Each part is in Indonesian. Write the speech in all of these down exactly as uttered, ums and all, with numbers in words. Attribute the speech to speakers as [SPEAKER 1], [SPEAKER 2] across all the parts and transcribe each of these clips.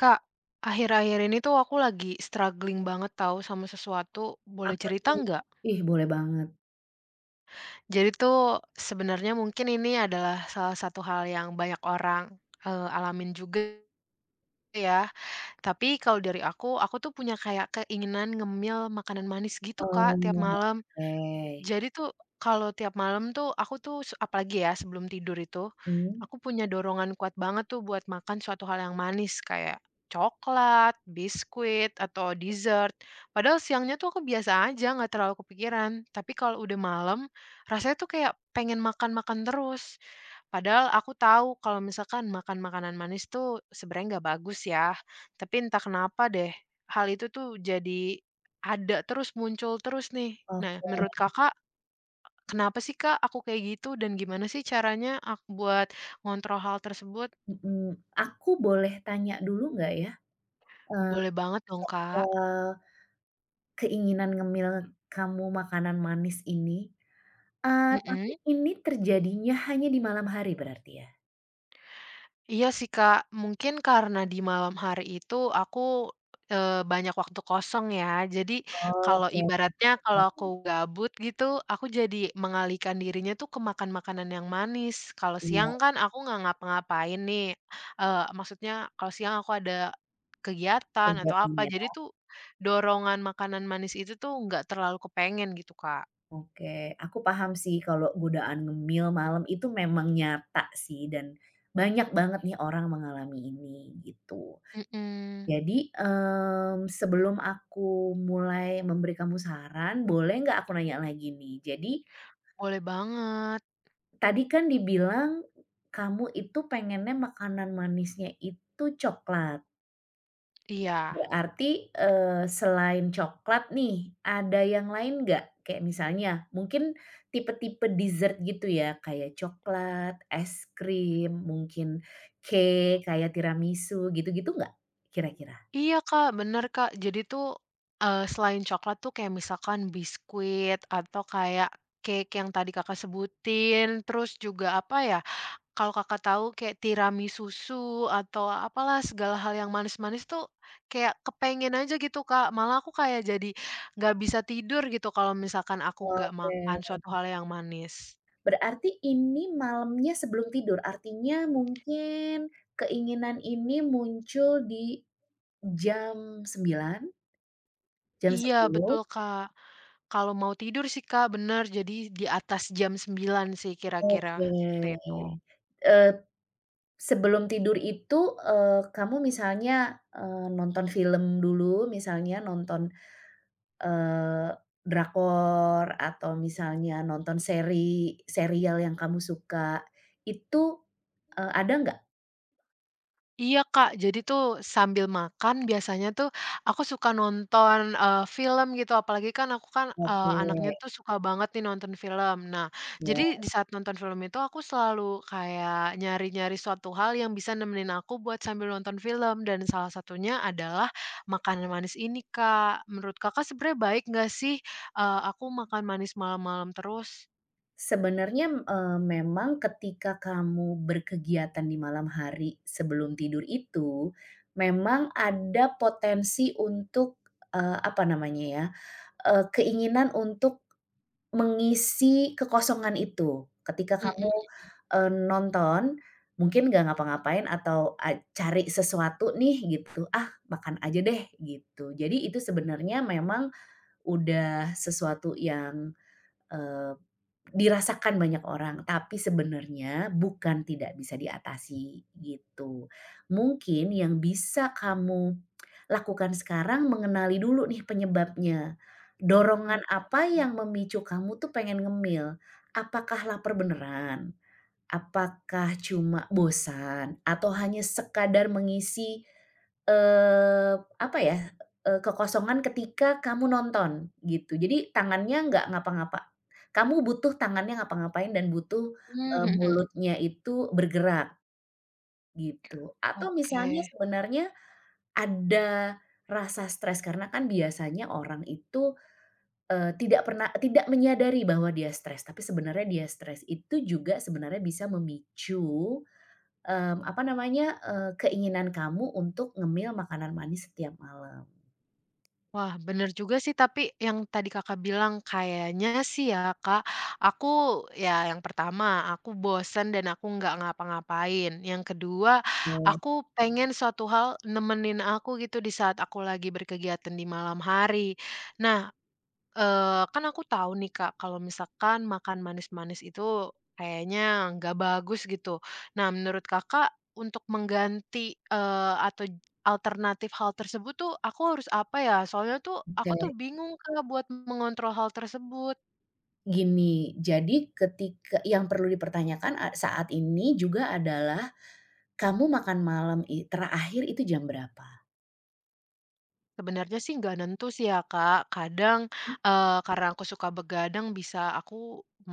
[SPEAKER 1] Kak, akhir-akhir ini tuh aku lagi struggling banget tahu sama sesuatu. Boleh
[SPEAKER 2] Apa
[SPEAKER 1] cerita
[SPEAKER 2] tuh?
[SPEAKER 1] nggak?
[SPEAKER 2] Ih, boleh banget.
[SPEAKER 1] Jadi tuh sebenarnya mungkin ini adalah salah satu hal yang banyak orang eh, alamin juga ya. Tapi kalau dari aku, aku tuh punya kayak keinginan ngemil makanan manis gitu Kak tiap malam.
[SPEAKER 2] Oke.
[SPEAKER 1] Jadi tuh kalau tiap malam tuh aku tuh s apalagi ya sebelum tidur itu,
[SPEAKER 2] Mmm.
[SPEAKER 1] aku punya dorongan kuat banget tuh buat makan suatu hal yang manis kayak coklat, biskuit, atau dessert. Padahal siangnya tuh aku biasa aja nggak terlalu kepikiran, tapi kalau udah malam rasanya tuh kayak pengen makan-makan terus. Padahal aku tahu kalau misalkan makan makanan manis tuh sebenarnya nggak bagus ya, tapi entah kenapa deh hal itu tuh jadi ada terus, muncul terus nih.
[SPEAKER 2] Ok
[SPEAKER 1] Nah, menurut Kakak, kenapa sih Kak aku kayak gitu dan gimana sih caranya ak buat ngontrol hal tersebut?
[SPEAKER 2] mhm. Aku boleh tanya dulu nggak ya, eee,
[SPEAKER 1] Boleh banget dong Kak.
[SPEAKER 2] soal keinginan ngemil kamu makanan manis ini, eee, tapi
[SPEAKER 1] Mhm.
[SPEAKER 2] ini terjadinya hanya di malam hari berarti ya?
[SPEAKER 1] Iya sih, Kak, mungkin karena di malam hari itu aku, eee, banyak waktu kosong ya. Jadi kalau
[SPEAKER 2] Oke,
[SPEAKER 1] ibaratnya kalau aku
[SPEAKER 2] oh,
[SPEAKER 1] gabut gitu, aku jadi mengalihkan dirinya tuh ke makan makanan yang manis. Kalau siang
[SPEAKER 2] iya,
[SPEAKER 1] kan aku nggak ngapa-ngapain nih, eee, maksudnya kalau siang aku ada kegiatan atau
[SPEAKER 2] kegiatan
[SPEAKER 1] apa,
[SPEAKER 2] ya.
[SPEAKER 1] jadi tuh dorongan makanan manis itu tuh nggak terlalu kepengen gitu, Kak.
[SPEAKER 2] Oke, aku paham sih kalau godaan ngemil malam itu memang nyata sih dan banyak banget nih orang mengalami ini, gitu.
[SPEAKER 1] Mhm,
[SPEAKER 2] Jadi, mmm, sebelum aku mulai memberi kamu saran, boleh nggak aku nanya lagi nih? Jadi,
[SPEAKER 1] boleh banget,
[SPEAKER 2] tadi kan dibilang kamu itu pengennya makanan manisnya itu coklat.
[SPEAKER 1] iya.
[SPEAKER 2] Berarti, eee, selain coklat nih, ada yang lain nggak? Kayak misalnya mungkin tipe-tipe dessert gitu ya, kayak coklat, es krim, mungkin cake kayak tiramisu gitu-gitu nggak kira-kira?
[SPEAKER 1] Iya, Kak, bener, Kak. Jadi tuh, eee, selain coklat tuh kayak misalkan biskuit atau kayak cake yang tadi Kakak sebutin, terus juga apa ya, kalau Kakak tahu kayak tiramisu susu atau apalah segala hal yang manis-manis tuh kayak kepengen aja gitu, Kak. Malah aku kayak jadi nggak bisa tidur gitu kalau misalkan aku nggak
[SPEAKER 2] Oke.
[SPEAKER 1] makan suatu hal yang manis.
[SPEAKER 2] Berarti ini malamnya sebelum tidur, artinya mungkin keinginan ini muncul di jam sembilan jam
[SPEAKER 1] Iya,
[SPEAKER 2] sepuluh
[SPEAKER 1] betul, Kak. Kalau mau tidur sih, Kak, bener. Jadi di atas jam sembilan sih kira-kira,
[SPEAKER 2] Oke.
[SPEAKER 1] seperti itu.
[SPEAKER 2] Eee, Sebelum tidur itu, eee, kamu misalnya, eee, nonton film dulu, misalnya nonton, eee, drakor atau misalnya nonton seri serial yang kamu suka, itu, eee, ada nggak?
[SPEAKER 1] Iya, Kak. Jadi tuh sambil makan biasanya tuh aku suka nonton, eee, film gitu, apalagi kan aku kan, eee,
[SPEAKER 2] Oke,
[SPEAKER 1] anaknya tuh suka banget nih nonton film. Nah, jadi
[SPEAKER 2] iya.
[SPEAKER 1] di saat nonton film itu aku selalu kayak nyari-nyari suatu hal yang bisa nemenin aku buat sambil nonton film, dan salah satunya adalah makanan manis ini, Kak. Menurut Kakak sebenarnya baik nggak sih, eee, aku makan manis malam-malam terus?
[SPEAKER 2] Sebenarnya, eee, memang ketika kamu berkegiatan di malam hari sebelum tidur itu, memang ada potensi untuk, eee, apa namanya ya, eee, keinginan untuk mengisi kekosongan itu. Ketika
[SPEAKER 1] Mhm,
[SPEAKER 2] kamu, eee, nonton, mungkin nggak ngapa-ngapain atau a cari sesuatu nih gitu, "Ah, makan aja deh," gitu. Jadi itu sebenarnya memang udah sesuatu yang, eh, dirasakan banyak orang, tapi sebenarnya bukan tidak bisa diatasi, gitu. Mungkin yang bisa kamu lakukan sekarang mengenali dulu nih penyebabnya. Dorongan
[SPEAKER 1] oh,
[SPEAKER 2] apa yang memicu kamu tuh pengen ngemil? Apakah lapar beneran? Apakah cuma bosan atau hanya sekadar mengisi, eee, apa ya, eee, kekosongan ketika kamu nonton gitu. Jadi tangannya nggak ngapa-ngapa. Kamu butuh tangannya ngapa-ngapain dan butuh,
[SPEAKER 1] mmm,
[SPEAKER 2] eee,
[SPEAKER 1] mhm, mhm.
[SPEAKER 2] mulutnya itu bergerak gitu. Atau
[SPEAKER 1] Oke.
[SPEAKER 2] misalnya sebenarnya ada rasa stres karena kan biasanya orang itu, eee, tidak pernah tidak menyadari bahwa dia stres, tapi sebenarnya dia stres. Itu juga sebenarnya bisa memicu Mmm, apa namanya, eee, keinginan kamu untuk ngemil makanan manis setiap malam.
[SPEAKER 1] Wah, bener juga sih, tapi yang tadi Kakak bilang kayaknya sih ya, Kak, aku, ya yang pertama aku bosen dan aku nggak ngapa-ngapain. Yang kedua,
[SPEAKER 2] Oke
[SPEAKER 1] aku pengen suatu hal nemenin aku gitu di saat aku lagi berkegiatan di malam hari. Nah, Eee, kan aku tahu nih, Kak, kalau misalkan makan manis-manis itu kayaknya nggak bagus gitu. Nah, menurut Kakak untuk mengganti, eee, atau j alternatif hal tersebut tuh aku harus apa ya? Soalnya tuh aku
[SPEAKER 2] oke.
[SPEAKER 1] tuh bingung, Kak, buat mengontrol hal tersebut.
[SPEAKER 2] Gini, jadi ketika yang perlu dipertanyakan a saat ini juga adalah kamu makan malam i terakhir itu jam berapa?
[SPEAKER 1] Sebenarnya sih nggak nentu sih ya, Kak. Kadang, eee, karena aku suka begadang bisa aku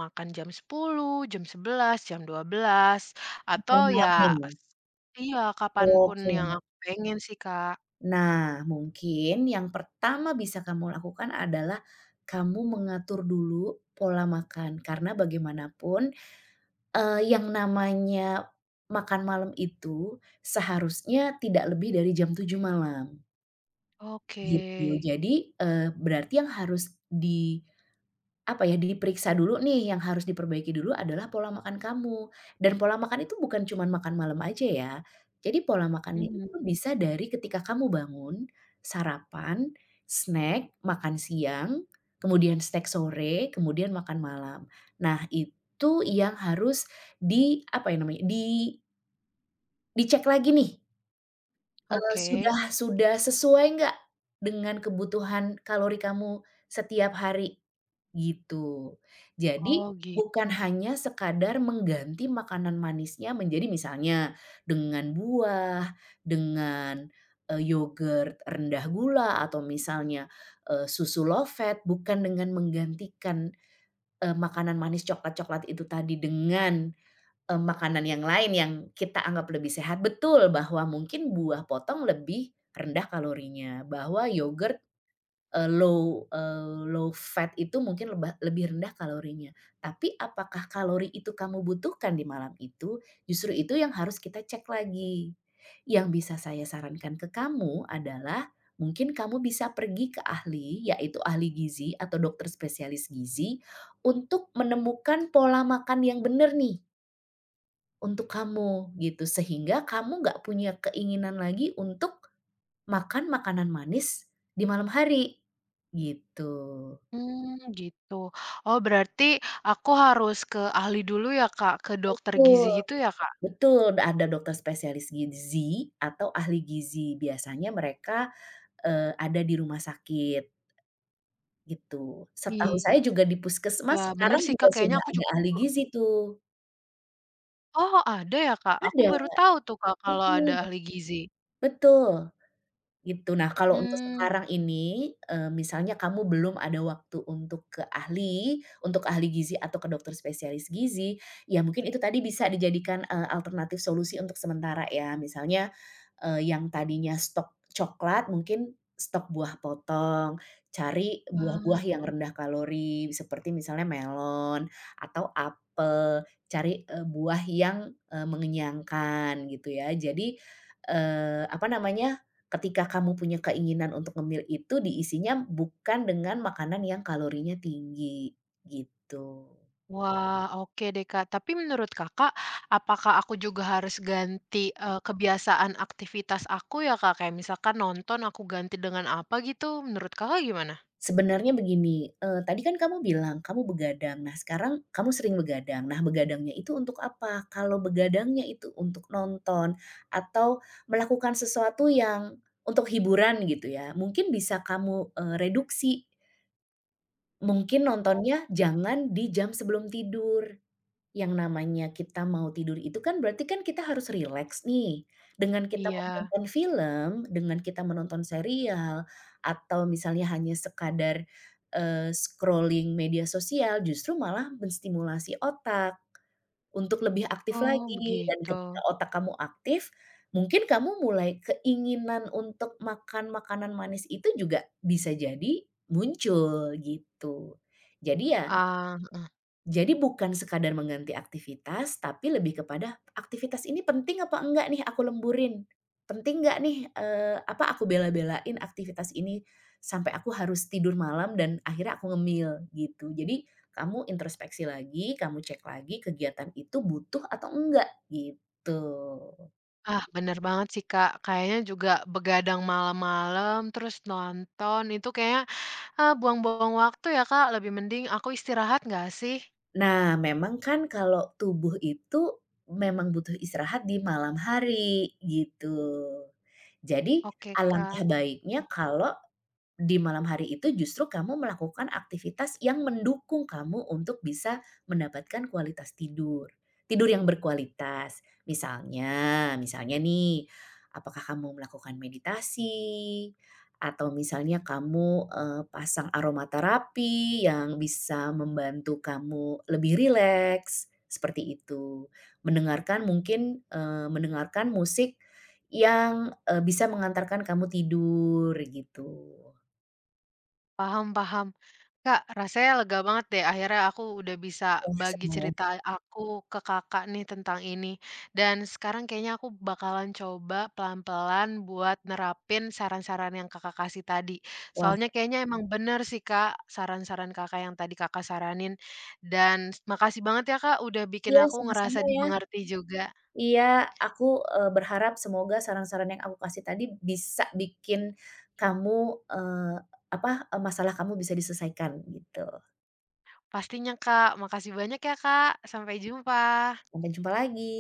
[SPEAKER 1] makan jam sepuluh, jam sebelas, jam dua belas,
[SPEAKER 2] Makan
[SPEAKER 1] atau ya
[SPEAKER 2] malamnya ya?
[SPEAKER 1] iya, kapanpun
[SPEAKER 2] Oke.
[SPEAKER 1] yang aku pengen sih, Kak.
[SPEAKER 2] Nah, mungkin yang pertama bisa kamu lakukan adalah kamu mengatur dulu pola makan, karena bagaimanapun Eee, yang namanya makan malam itu seharusnya tidak lebih dari jam tujuh malam,
[SPEAKER 1] Oke.
[SPEAKER 2] gitu. Jadi, eee, berarti yang harus di apa ya, diperiksa dulu nih yang harus diperbaiki dulu adalah pola makan kamu, dan pola makan itu bukan cuman makan malam aja ya. Jadi pola makannya
[SPEAKER 1] Mhm,
[SPEAKER 2] itu bisa dari ketika kamu bangun, sarapan, snack, makan siang, kemudian snack sore, kemudian makan malam. Nah itu yang harus di apa ya namanya, di dicek lagi nih, eee,
[SPEAKER 1] oke.
[SPEAKER 2] sudah sudah sesuai nggak dengan kebutuhan kalori kamu setiap hari. Gitu. Jadi,
[SPEAKER 1] Oh, gitu,
[SPEAKER 2] bukan hanya sekadar mengganti makanan manisnya menjadi misalnya dengan buah, dengan, eee, yogurt rendah gula atau misalnya, eee, susu low fat, bukan dengan menggantikan, eee, makanan manis coklat-coklat itu tadi dengan, eee, makanan yang lain yang kita anggap lebih sehat. Betul bahwa mungkin buah potong lebih rendah kalorinya, bahwa yogurt Eee, low eee, low fat itu mungkin leba lebih rendah kalorinya. Tapi apakah kalori itu kamu butuhkan di malam itu? Justru itu yang harus kita cek lagi. Yang bisa saya sarankan ke kamu adalah mungkin kamu bisa pergi ke ahli, yaitu ahli gizi atau dokter spesialis gizi untuk menemukan pola makan yang benar nih untuk kamu gitu, sehingga kamu nggak punya keinginan lagi untuk makan makanan manis di malam hari, gitu.
[SPEAKER 1] mmm, gitu. Oh, berarti aku harus ke ahli dulu ya, Kak? Ke dokter gizi
[SPEAKER 2] Betul.
[SPEAKER 1] gitu ya, Kak?
[SPEAKER 2] Betul, ada dokter spesialis gizi atau ahli gizi, biasanya mereka, eee, ada di rumah sakit, gitu. Setahu
[SPEAKER 1] Iya,
[SPEAKER 2] saya juga di puskesmas
[SPEAKER 1] bener
[SPEAKER 2] sekarang
[SPEAKER 1] sih,
[SPEAKER 2] juga
[SPEAKER 1] Kak, kayaknya
[SPEAKER 2] sudah
[SPEAKER 1] aku
[SPEAKER 2] ada
[SPEAKER 1] juga.
[SPEAKER 2] ahli gizi tuh.
[SPEAKER 1] Oh, ada ya, Kak? Aku
[SPEAKER 2] Ada,
[SPEAKER 1] baru tahu tuh, Kak, kalau ada
[SPEAKER 2] mhm,
[SPEAKER 1] ahli gizi.
[SPEAKER 2] betul. Gitu. Nah, kalau untuk
[SPEAKER 1] Mmm,
[SPEAKER 2] sekarang ini, eee, misalnya kamu belum ada waktu untuk ke ahli, untuk ahli gizi atau ke dokter spesialis gizi, ya mungkin itu tadi bisa dijadikan, eee, alternatif solusi untuk sementara ya. Misalnya, eee, yang tadinya stok coklat mungkin stok buah potong, cari buah-buah
[SPEAKER 1] wah,
[SPEAKER 2] yang rendah kalori seperti misalnya melon atau apel, cari, eee, buah yang, eee, mengenyangkan gitu ya. Jadi, eee, apa namanya, ketika kamu punya keinginan untuk ngemil itu diisinya bukan dengan makanan yang kalorinya tinggi, gitu.
[SPEAKER 1] wah, oke deh, Kak. Tapi menurut Kakak, apakah aku juga harus ganti, eee, kebiasaan aktivitas aku ya, Kak? Kayak misalkan nonton aku ganti dengan apa gitu, menurut Kakak gimana?
[SPEAKER 2] Sebenarnya begini, eee, tadi kan kamu bilang kamu begadang, nah sekarang kamu sering begadang, nah begadangnya itu untuk apa? Kalau begadangnya itu untuk nonton atau melakukan sesuatu yang untuk hiburan gitu ya, mungkin bisa kamu, eee, reduksi. Mungkin
[SPEAKER 1] Oh,
[SPEAKER 2] nontonnya jangan di jam sebelum tidur. Yang namanya kita mau tidur itu kan berarti kan kita harus rileks nih. Dengan kita
[SPEAKER 1] iya.
[SPEAKER 2] menonton film, dengan kita menonton serial, atau misalnya hanya sekadar, eee, scrolling media sosial, justru malah menstimulasi otak untuk lebih aktif
[SPEAKER 1] Oh,
[SPEAKER 2] lagi. Dan
[SPEAKER 1] begitu.
[SPEAKER 2] ketika otak kamu aktif, mungkin kamu mulai keinginan untuk makan makanan manis itu juga bisa jadi muncul, gitu. Jadi ya
[SPEAKER 1] Ah, heeh.
[SPEAKER 2] jadi bukan sekadar mengganti aktivitas, tapi lebih kepada aktivitas ini penting apa enggak nih aku lemburin? Penting nggak nih, eee, apa aku bela-belain aktivitas ini sampai aku harus tidur malam dan akhirnya aku ngemil gitu. Jadi kamu introspeksi lagi, kamu cek lagi kegiatan itu butuh atau enggak gitu.
[SPEAKER 1] Ah, bener banget sih, Kak. Kayaknya juga begadang malam-malam, terus nonton itu kayaknya, ah, buang-buang waktu ya, Kak. Lebih mending aku istirahat nggak sih?
[SPEAKER 2] Nah memang kan kalau tubuh itu memang butuh istirahat di malam hari gitu. Jadi
[SPEAKER 1] Oke, Kak,
[SPEAKER 2] alangkah baiknya kalau di malam hari itu justru kamu melakukan aktivitas yang mendukung kamu untuk bisa mendapatkan kualitas tidur. Tidur yang berkualitas. Misalnya misalnya nih, apakah kamu melakukan meditasi, atau misalnya kamu, eee, pasang aromaterapi yang bisa membantu kamu lebih rileks, seperti itu. Mendengarkan mungkin, eee, mendengarkan musik yang, eee, bisa mengantarkan kamu tidur, gitu.
[SPEAKER 1] paham, paham. Kak, rasanya lega banget deh akhirnya aku udah bisa
[SPEAKER 2] Wah,
[SPEAKER 1] bagi
[SPEAKER 2] senang ya.
[SPEAKER 1] cerita aku ke Kakak nih tentang ini. Dan sekarang kayaknya aku bakalan coba pelan-pelan buat nerapin saran-saran yang Kakak kasih tadi.
[SPEAKER 2] Wah,
[SPEAKER 1] Soalnya kayaknya emang bener sih, Kak, saran-saran Kakak yang tadi Kakak saranin. Dan makasih banget ya, Kak, udah bikin
[SPEAKER 2] iya
[SPEAKER 1] aku ngerasa
[SPEAKER 2] sama-sama ya.
[SPEAKER 1] dimengerti juga.
[SPEAKER 2] Iya, aku, eee, berharap semoga saran-saran yang aku kasih tadi bisa bikin kamu, eee, apa, eee, masalah kamu bisa diselesaikan gitu.
[SPEAKER 1] Pastinya, Kak. Makasih banyak ya, Kak. Sampai jumpa.
[SPEAKER 2] Sampai jumpa lagi.